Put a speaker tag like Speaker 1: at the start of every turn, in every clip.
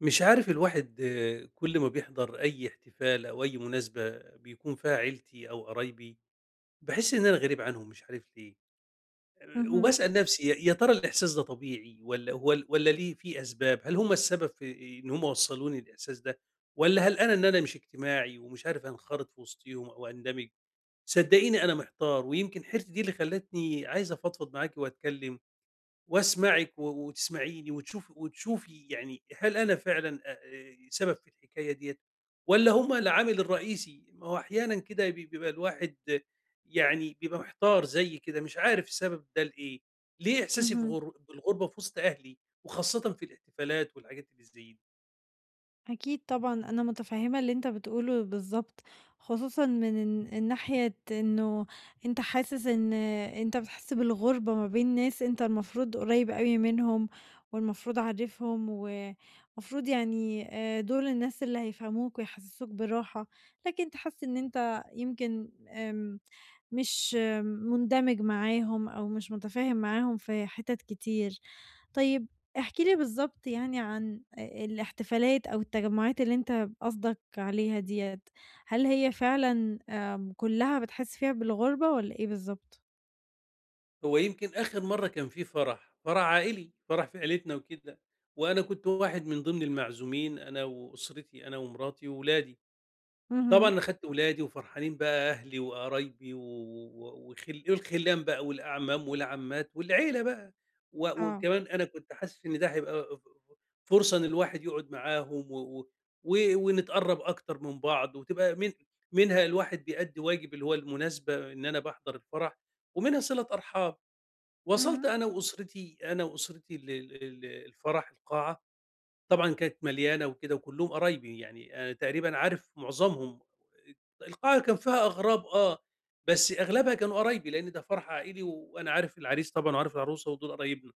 Speaker 1: مش عارف الواحد، كل ما بيحضر اي احتفال او اي مناسبه بيكون فيها عيلتي او قرايبي بحس ان انا غريب عنهم، مش عارف ليه.
Speaker 2: اهم،
Speaker 1: وبسال نفسي يا ترى الاحساس ده طبيعي، ولا هو، ولا ليه في اسباب؟ هل هم السبب في ان هم وصلوني الاحساس ده، ولا هل انا مش اجتماعي ومش عارف انخرط في وسطيهم او اندمج؟ صدقيني انا محتار، ويمكن حيرتي دي اللي خلتني عايز افضفض معاكي واتكلم واسمعِك وتسمعيني، وتشوفي يعني هل أنا فعلًا أ سبب في الحكاية ديّة، والّا هُم العامل الرئيسي؟ ما هو أحيانًا كده بيبقى الواحد، يعني بيبقى محتار زيي كده، مش عارف السبب ده لإيه، ليه إحساسي في
Speaker 2: اهم.
Speaker 1: غر بالغربة في وسط أهلي، وخاصةً في الاحتفالات والحاجات اللي زي دي؟
Speaker 2: أكيد طبعًا أنا متفهمة اللي أنت بتقوله بالضبط، خصوصًا من الناحية إنه أنت حاسس إن أنت بتحس بالغربة ما بين ناس أنت المفروض قريب أوي منهم، والمفروض عارفهم، والمفروض يعني دول الناس اللي هيفهموك ويحسسوك بالراحة، لكن أنت حاسس إن أنت يمكن مش مندمج معاهم أو مش متفاهم معاهم في حتت كتير. طيب احكِ لي بالضبط يعني عن الاحتفالات أو التجمعات اللي أنت قصدك عليها ديّة، هل هي فعلًا كلّها بتحس فيها بالغربة والّا إيه بالضبط؟
Speaker 1: هو يمكن آخر مرّة كان في فرح، فرح عائلي، فرح في عيلتنا وكده، وأنا كنت واحد من ضمن المعزومين أنا وأسرتي، أنا ومراتي وولادي. طبعًا
Speaker 2: اهم،
Speaker 1: أنا خدت ولادي وفرحانين بقى أهلي وقرايبي و و وخل إيه الخِلّان بقى والأعمام والعمّات والعيلة بقى. و
Speaker 2: آه،
Speaker 1: وكمان أنا كنت حاسس إن ده هيبقى فرصة إن الواحد يقعد معاهم و و و ونتقرّب أكتر من بعض، وتبقى منها الواحد بيأدّي واجب اللي هو المناسبة، إن أنا باحضر الفرح، ومنها صِلة أرحام. وصلت
Speaker 2: اهم،
Speaker 1: أنا وأسرتي ل ل ل الفرح، القاعة طبعًا كانت مليانة وكده، وكلّهم قرايبي، يعني أنا تقريبًا عارف معظمهم. القاعة كان فيها أغراب، آه، بس أغلبها كانوا قرايبي، لإن ده فرح عائلي، وأنا عارف العريس طبعًا وعارف العروسة، ودول قرايبنا.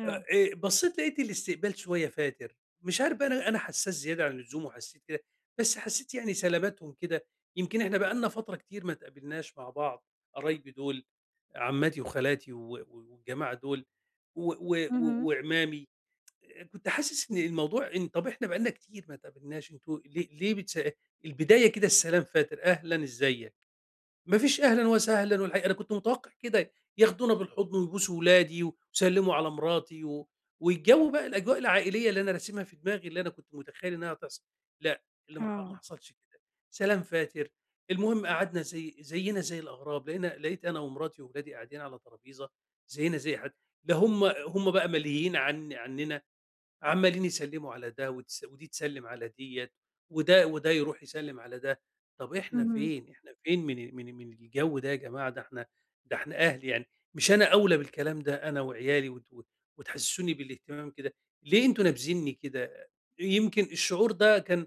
Speaker 2: آه،
Speaker 1: بصّيت لقيت الاستقبال شوية فاتر، مش عارف بقى، أنا حسّاس زيادة عن اللزوم وحسّيت كده، بس حسّيت يعني سلاماتهم كده، يمكن إحنا بقى لنا فترة كتير ما اتقابلناش مع بعض، قرايبي دول عمّاتي وخالاتي والجماعة دول و و و
Speaker 2: اهم،
Speaker 1: وعمامي. كنت حاسس إن الموضوع، إن طَب إحنا بقى لنا كتير ما اتقابلناش، أنتم ليه؟ ليه بتس البداية كده السلام فاتر، أهلًا إزيك، ما فيش أهلًا وسهلًا. والحقيقة أنا كنت متوقع كده، ياخدونا بالحضن ويبوسوا ولادي ويسلموا على مراتي، والجو بقى، الأجواء العائلية اللي أنا راسمها في دماغي، اللي أنا كنت متخيل إنها هتحصل، لأ، اللي ما
Speaker 2: آه،
Speaker 1: حصلش كده، سلام فاتر. المهم قعدنا زينا زي الأغراب، لقيت أنا ومراتي وولادي قاعدين على ترابيزة زينا زي حد. لا، هم بقى ملهيين عننا، عمّالين يسلّموا على ده، ودي تسلّم على ديّة، وده يروح يسلّم على ده. طَب إحنا
Speaker 2: اهم،
Speaker 1: فين؟ إحنا فين من الجو ده يا جماعة؟ ده إحنا، أهل يعني، مش أنا أولى بالكلام ده أنا وعيالي وتحسّسوني بالاهتمام كده؟ ليه أنتم نابذينّي كده؟ يمكن الشعور ده كان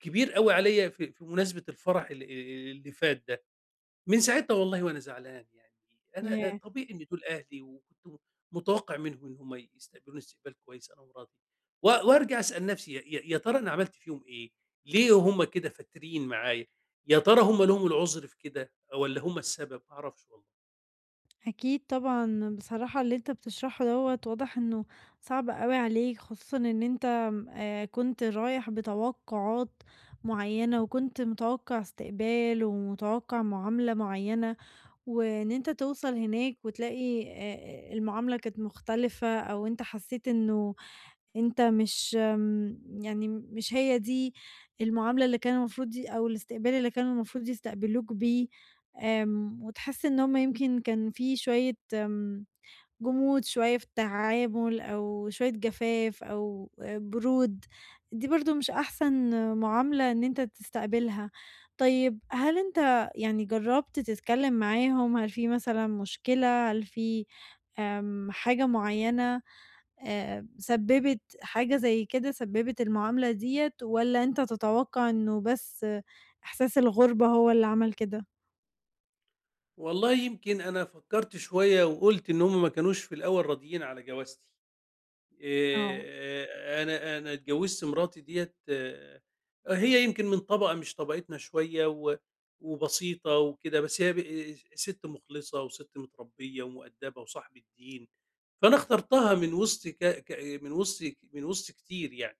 Speaker 1: كبير أوي عليّا في مناسبة الفرح اللي فات ده. من ساعتها والله وأنا زعلان يعني، أنا
Speaker 2: ياه!
Speaker 1: طبيعي إن دول أهلي، وكنت متوقع منهم إن هم يستقبلوني استقبال كويس أنا ومراتي، وأرجع أسأل نفسي، يا ترى أنا عملت فيهم إيه؟ ليه هم كده فاترين معايا؟ يا ترى هم لهم العذر في كده والّا هم السبب؟ ما أعرفش والله.
Speaker 2: أكيد طبعًا، بصراحة اللي أنت بتشرحه دوّة واضح إنه صعب أوي عليك، خصوصًا إن أنت آمم، كنت رايح بتوقعات معيّنة، وكنت متوقع استقبال ومتوقع معاملة معيّنة، وإن أنت توصل هناك وتلاقي المعاملة كانت مختلفة، أو أنت حسيت إنه أنت مش يعني مش هي دي المعاملة اللي كان المفروض أو الاستقبال اللي كانوا المفروض يستقبلوك بيه، وتحس إن هُم يمكن كان في شوية جمود شوية في التعامل أو شوية جفاف أو برود، دي برضه مش أحسن معاملة إن أنت تستقبلها. طيب هل أنت يعني جرّبت تتكلم معاهم؟ هل في مثلًا مشكلة؟ هل في حاجة معينة؟ سبّبت حاجة زي كده، سبّبت المعاملة ديّة والّا أنت تتوقع إنه بس إحساس الغُربة هو اللي عمل كده؟
Speaker 1: والله يمكن أنا فكرت شوية وقُلت إن هم ما كانوش في الأول راضيين على جوازتي.
Speaker 2: آه.
Speaker 1: أنا اتجوّزت مراتي ديّة، هي يمكن من طبقة مش طبقتنا شوية، و وبسيطة وكده، بس هي ب آه، ست مخلصة وست متربية ومؤدّبة وصاحبة دين، فأنا اخترتها من وسط كتير يعني.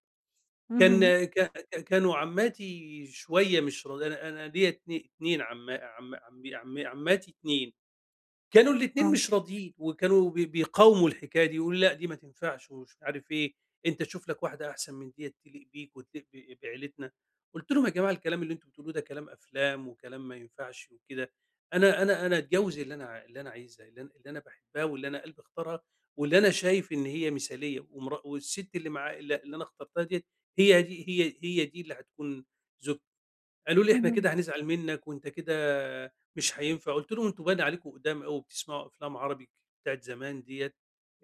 Speaker 2: اهم.
Speaker 1: كان ك ك كانوا عمّاتي شوية مش راض. أنا ليّا اتن اتنين عم عم عم عم عمّاتي اتنين. كانوا الاتنين
Speaker 2: آه.
Speaker 1: مش راضيين، وكانوا بيقاوموا الحكاية دي، يقولوا لأ دي ما تنفعش ومش عارف إيه، أنت شوف لك واحدة أحسن من ديّة تليق بيك وتليق بعيلتنا، قُلت لهم: "يا جماعة، الكلام اللي أنتم بتقولوه ده كلام أفلام وكلام ما ينفعش وكده، أنا أتجوّز اللي أنا عايزها، اللي أنا باحبها، واللي أنا قلبي اختارها، واللي أنا شايف إن هي مثالية، والست اللي معايا، اللي أنا اخترتها ديّة، هي دي اللي هتكون زوجتي." قالوا لي: "إحنا
Speaker 2: اهم.
Speaker 1: كده هنزعل منّك، وأنت كده مش هينفع." قُلت لهم: "أنتم باين عليكم قُدام أوي بتسمعوا أفلام عربي بتاعة زمان ديّة،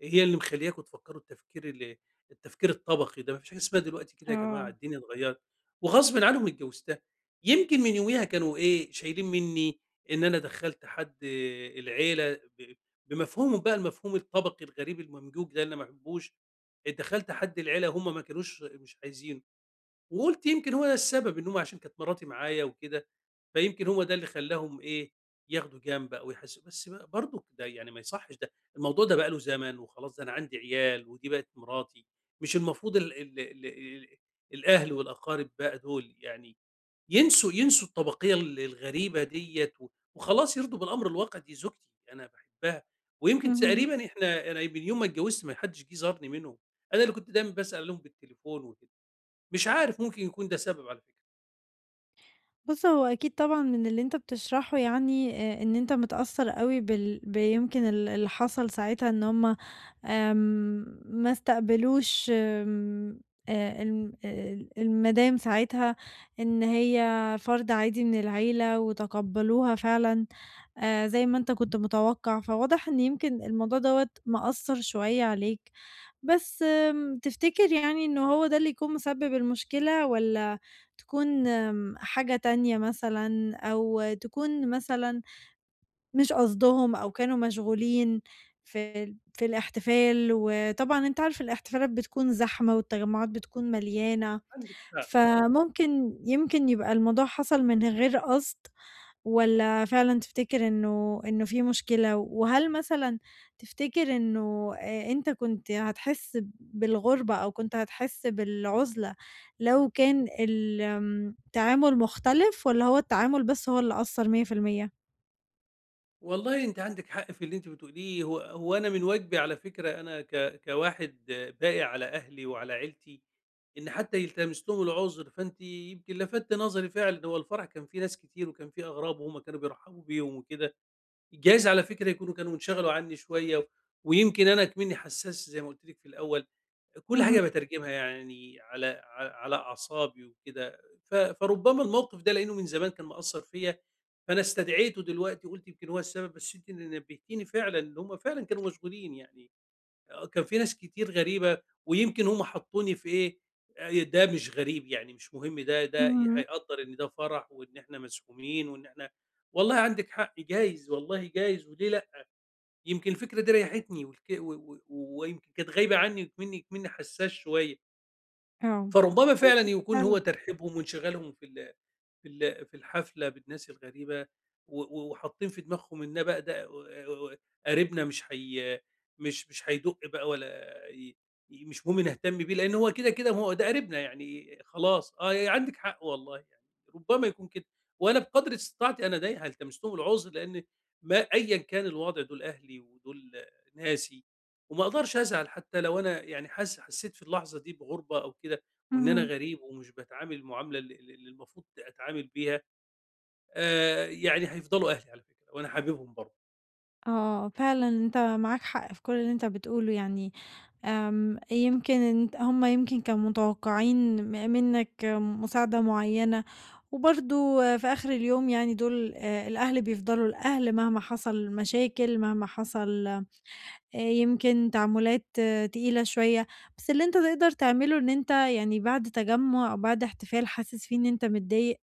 Speaker 1: هي اللي مخلّياكم تفكّروا التفكير التفكير الطبقي ده، ما فيش حاجة اسمها دلوقتي كده يا جماعة،
Speaker 2: آه.
Speaker 1: الدنيا اتغيّرت." وغصبٍ عنهم اتجوّزتها. يمكن من يوميها كانوا، إيه، شايلين منّي إن أنا دخّلت حد العيلة ب بمفهومهم بقى، المفهوم الطبقي الغريب الممجوج ده اللي أنا ما باحبّوش، دخّلت حد العيلة وهُم ما كانوش مش عايزينه. وقُلت يمكن هو ده السبب، إن هُم عشان كانت مراتي معايا وكده، فيمكن هو ده اللي خلّاهم، إيه، ياخدوا جنب أو يحسّ، بس برضه ده يعني ما يصحّش، ده الموضوع ده بقى له زمن وخلاص، ده أنا عندي عيال ودي بقت مراتي، مش المفروض ال ال ال ال الأهل والأقارب بقى دول يعني ينسوا الطبقية الغريبة ديّة، و وخلاص يرضوا بالأمر الواقع، دي زوجتي أنا باحبها. ويمكن
Speaker 2: مهم.
Speaker 1: تقريبًا إحنا، أنا من يوم ما اتجوّزت ما حدّش جِه زارني منهم، أنا اللي كنت دايمًا باسأل عليهم بالتليفون وكده. مش عارف، ممكن يكون ده سبب على فكرة.
Speaker 2: بُص، هو أكيد طبعًا من اللي أنت بتشرحه يعني إن أنت متأثّر أوي بيمكن اللي حصل ساعتها إن هُم ما استقبلوش آمم الم ال المدام ساعتها إن هي فرد عادي من العيلة وتقبّلوها فعلًا زي ما أنت كنت متوقّع، فواضح إن يمكن الموضوع دوّة مأثّر شوية عليك. بس تفتكر يعني إنه هو ده اللي يكون مسبب المشكلة والّا تكون حاجة تانية مثلًا أو تكون مثلًا مش قصدهم أو كانوا مشغولين في الاحتفال، وطبعًا أنت عارف الاحتفالات بتكون زحمة والتجمعات بتكون مليانة،
Speaker 1: عندِك حق، آه،
Speaker 2: فممكن يمكن يبقى الموضوع حصل من غير قصد؟ والّا فعلًا تفتكر إنه في مشكلة، وهل مثلًا تفتكر إنه أنت كنت هتحس بالغُربة أو كنت هتحس بالعُزلة لو كان ال آمم، التعامل مختلف والّا هو التعامل بس هو اللي أثّر 100%؟
Speaker 1: والله أنتِ عندِك حق في اللي أنتِ بتقوليه. هو أنا من واجبي على فكرة أنا كواحد باقي على أهلي وعلى عيلتي، إن حتى يلتمس لهم العُذر، فأنتِ يمكن لفتِّ نظري فعلًا، هو الفرح كان فيه ناس كتير وكان فيه أغراب، وهُم كانوا بيرحبوا بيهم وكده، جايز على فكرة يكونوا كانوا انشغلوا عنّي شوية. ويمكن أنا إكمنّي حسّاس زي ما قُلت لِك في الأول، كل
Speaker 2: اهم،
Speaker 1: حاجة باترجمها يعني على أعصابي وكده، فربما الموقف ده لإنه من زمان كان مأثّر فيّا، فأنا استدعيته دلوقتي قُلت يمكن هو السبب، بس أنتِ اللي نبّهتيني فعلًا إن هم فعلًا كانوا مشغولين يعني، آه، كان في ناس كتير غريبة، ويمكن هم حطّوني في، إيه، ده مش غريب يعني، مش مهم، ده
Speaker 2: اهم.
Speaker 1: هيقدّر إن ده فرح، وإن إحنا مزحومين، وإن إحنا، والله عندِك حق جايز، والله جايز، وليه لأ، يمكن الفكرة دي ريّحتني، والك و و ويمكن كانت غايبة عني، وإكمنّي حسّاس شوية.
Speaker 2: آه.
Speaker 1: فربما فعلًا
Speaker 2: ممكن
Speaker 1: يكون هو
Speaker 2: فعلًا،
Speaker 1: ترحيبهم وانشغالهم في الحفلة بالناس الغريبة، و و وحاطين في دماغهم إن بقى ده و قريبنا، مش هي مش مش هيدُق بقى، مش مهم نهتم بيه، لإن هو كده، كده، ما هو ده قريبنا يعني خلاص. آه، يعني عندِك حق والله، يعني ربما يكون كده، وأنا بقدر استطاعتي أنا دايها التمس لهم العذر، لإن، ما أيًا كان الوضع، دول أهلي ودول ناسي، وما أقدرش أزعل حتى لو أنا يعني حسيت في اللحظة دي بغُربة أو كده. وإن أنا
Speaker 2: اهم.
Speaker 1: غريب، ومش باتعامل المعاملة ال ال اللي المفروض أتعامل بيها، يعني هيفضلوا أهلي على فكرة، وأنا حاببهم برضه.
Speaker 2: آه، فعلًا أنت معاك حق في كل اللي أنت بتقوله يعني، يمكن أنت هُم يمكن كانوا متوقعين منك مساعدة معيّنة، وبرضه في آخر اليوم يعني دول الأهل بيفضلوا الأهل مهما حصل مشاكل، مهما حصل يمكن تعاملات تقيلة شوية، بس اللي أنت تقدر تعمله إن أنت يعني بعد تجمُّع أو بعد احتفال حاسس فيه إن أنت متضايق،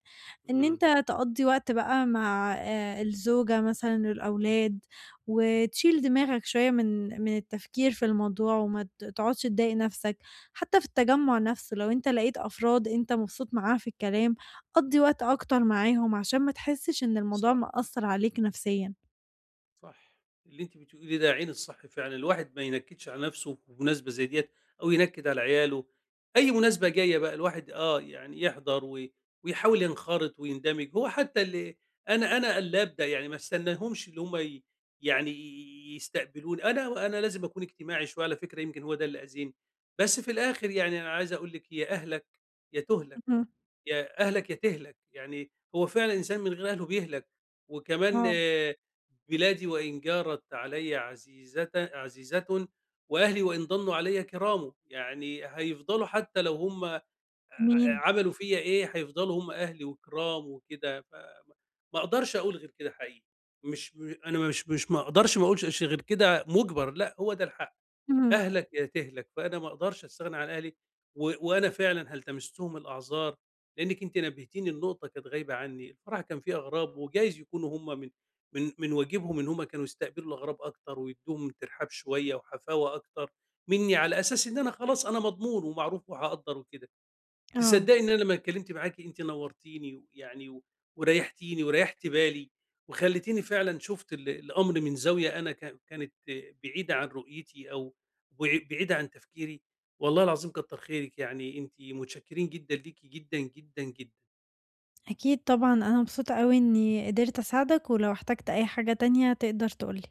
Speaker 2: إن
Speaker 1: إمم.
Speaker 2: أنت تقضّي وقت بقى مع الزوجة مثلًا، الأولاد، وتشيل دماغك شوية من التفكير في الموضوع وما تقعدش تضايق نَفْسك، حتى في التجمُّع نَفْسه لو أنت لقيت أفراد أنت مبسوط معاها في الكلام، قضّي وقت أكتر معاهم عشان ما تحسّش إن الموضوع
Speaker 1: صح.
Speaker 2: مأثّر عليك نفسيًا.
Speaker 1: صح، اللي أنتِ بتقوليه ده عين الصح فعلًا، الواحد ما ينكدش على نفسه في مناسبة زي ديّة، أو ينكد على عياله. أي مناسبة جاية بقى الواحد، آه، يعني يحضر، ويحاول ينخرط ويندمج، هو حتى اللي أنا قلّاب ده يعني ما استناهمش اللي هم، يعني يستقبلوني، أنا لازم أكون اجتماعي شوية على فكرة، يمكن هو ده اللي أذاني. بس في الآخر يعني أنا عايز أقول لِك: يا أهلك يا تُهلك.
Speaker 2: اهم،
Speaker 1: يا أهلك يا تهلك، يعني هو فعلًا الإنسان من غير أهله بيهلك. وكمان
Speaker 2: آه.
Speaker 1: بلادي وإن جارت علي عزيزة عزيزة، وأهلي وإن ضنوا علي كرام، يعني هيفضلوا حتى لو هم
Speaker 2: جميل،
Speaker 1: عملوا فيّا إيه، هيفضلوا هم أهلي وكرام وكده. ما أقدرش أقول غير كده حقيقي. مش م أنا مش مش ما أقدرش ما أقولش غير كده مُجبر، لأ، هو ده الحق.
Speaker 2: إمم،
Speaker 1: أهلك يا تهلك، فأنا ما أقدرش أستغنى عن أهلي، وأنا فعلًا هل تمستهم الأعذار، لأنِّك أنتِ نبهتيني النقطة كانت غايبة عني، الفرح كان فيه أغراب، وجايز يكونوا هم من واجبهم إن هم كانوا يستقبلوا الأغراب أكتر، ويدّوهم ترحاب شوية وحفاوة أكتر منّي، على أساس إن أنا خلاص أنا مضمون ومعروف وهاقدّر وكده.
Speaker 2: آه.
Speaker 1: تصدقي إن أنا لمّا اتكلمت معاكِ أنتِ نورتيني، ويعني وريحتيني وريحتِ بالي، وخلّيتيني فعلًا شُفت ال الأمر من زاوية أنا كانت بعيدة عن رؤيتي، أو بعيدة عن تفكيري. والله العظيم كتّر خيرِك يعني، أنتِ متشكرين جدًا ليكِ، جدًا، جدًا، جدًا.
Speaker 2: أكيد طبعًا، أنا مبسوطة أوي إني قدرت أساعدك، ولو احتجت أي حاجة تانية تقدر تقول لي.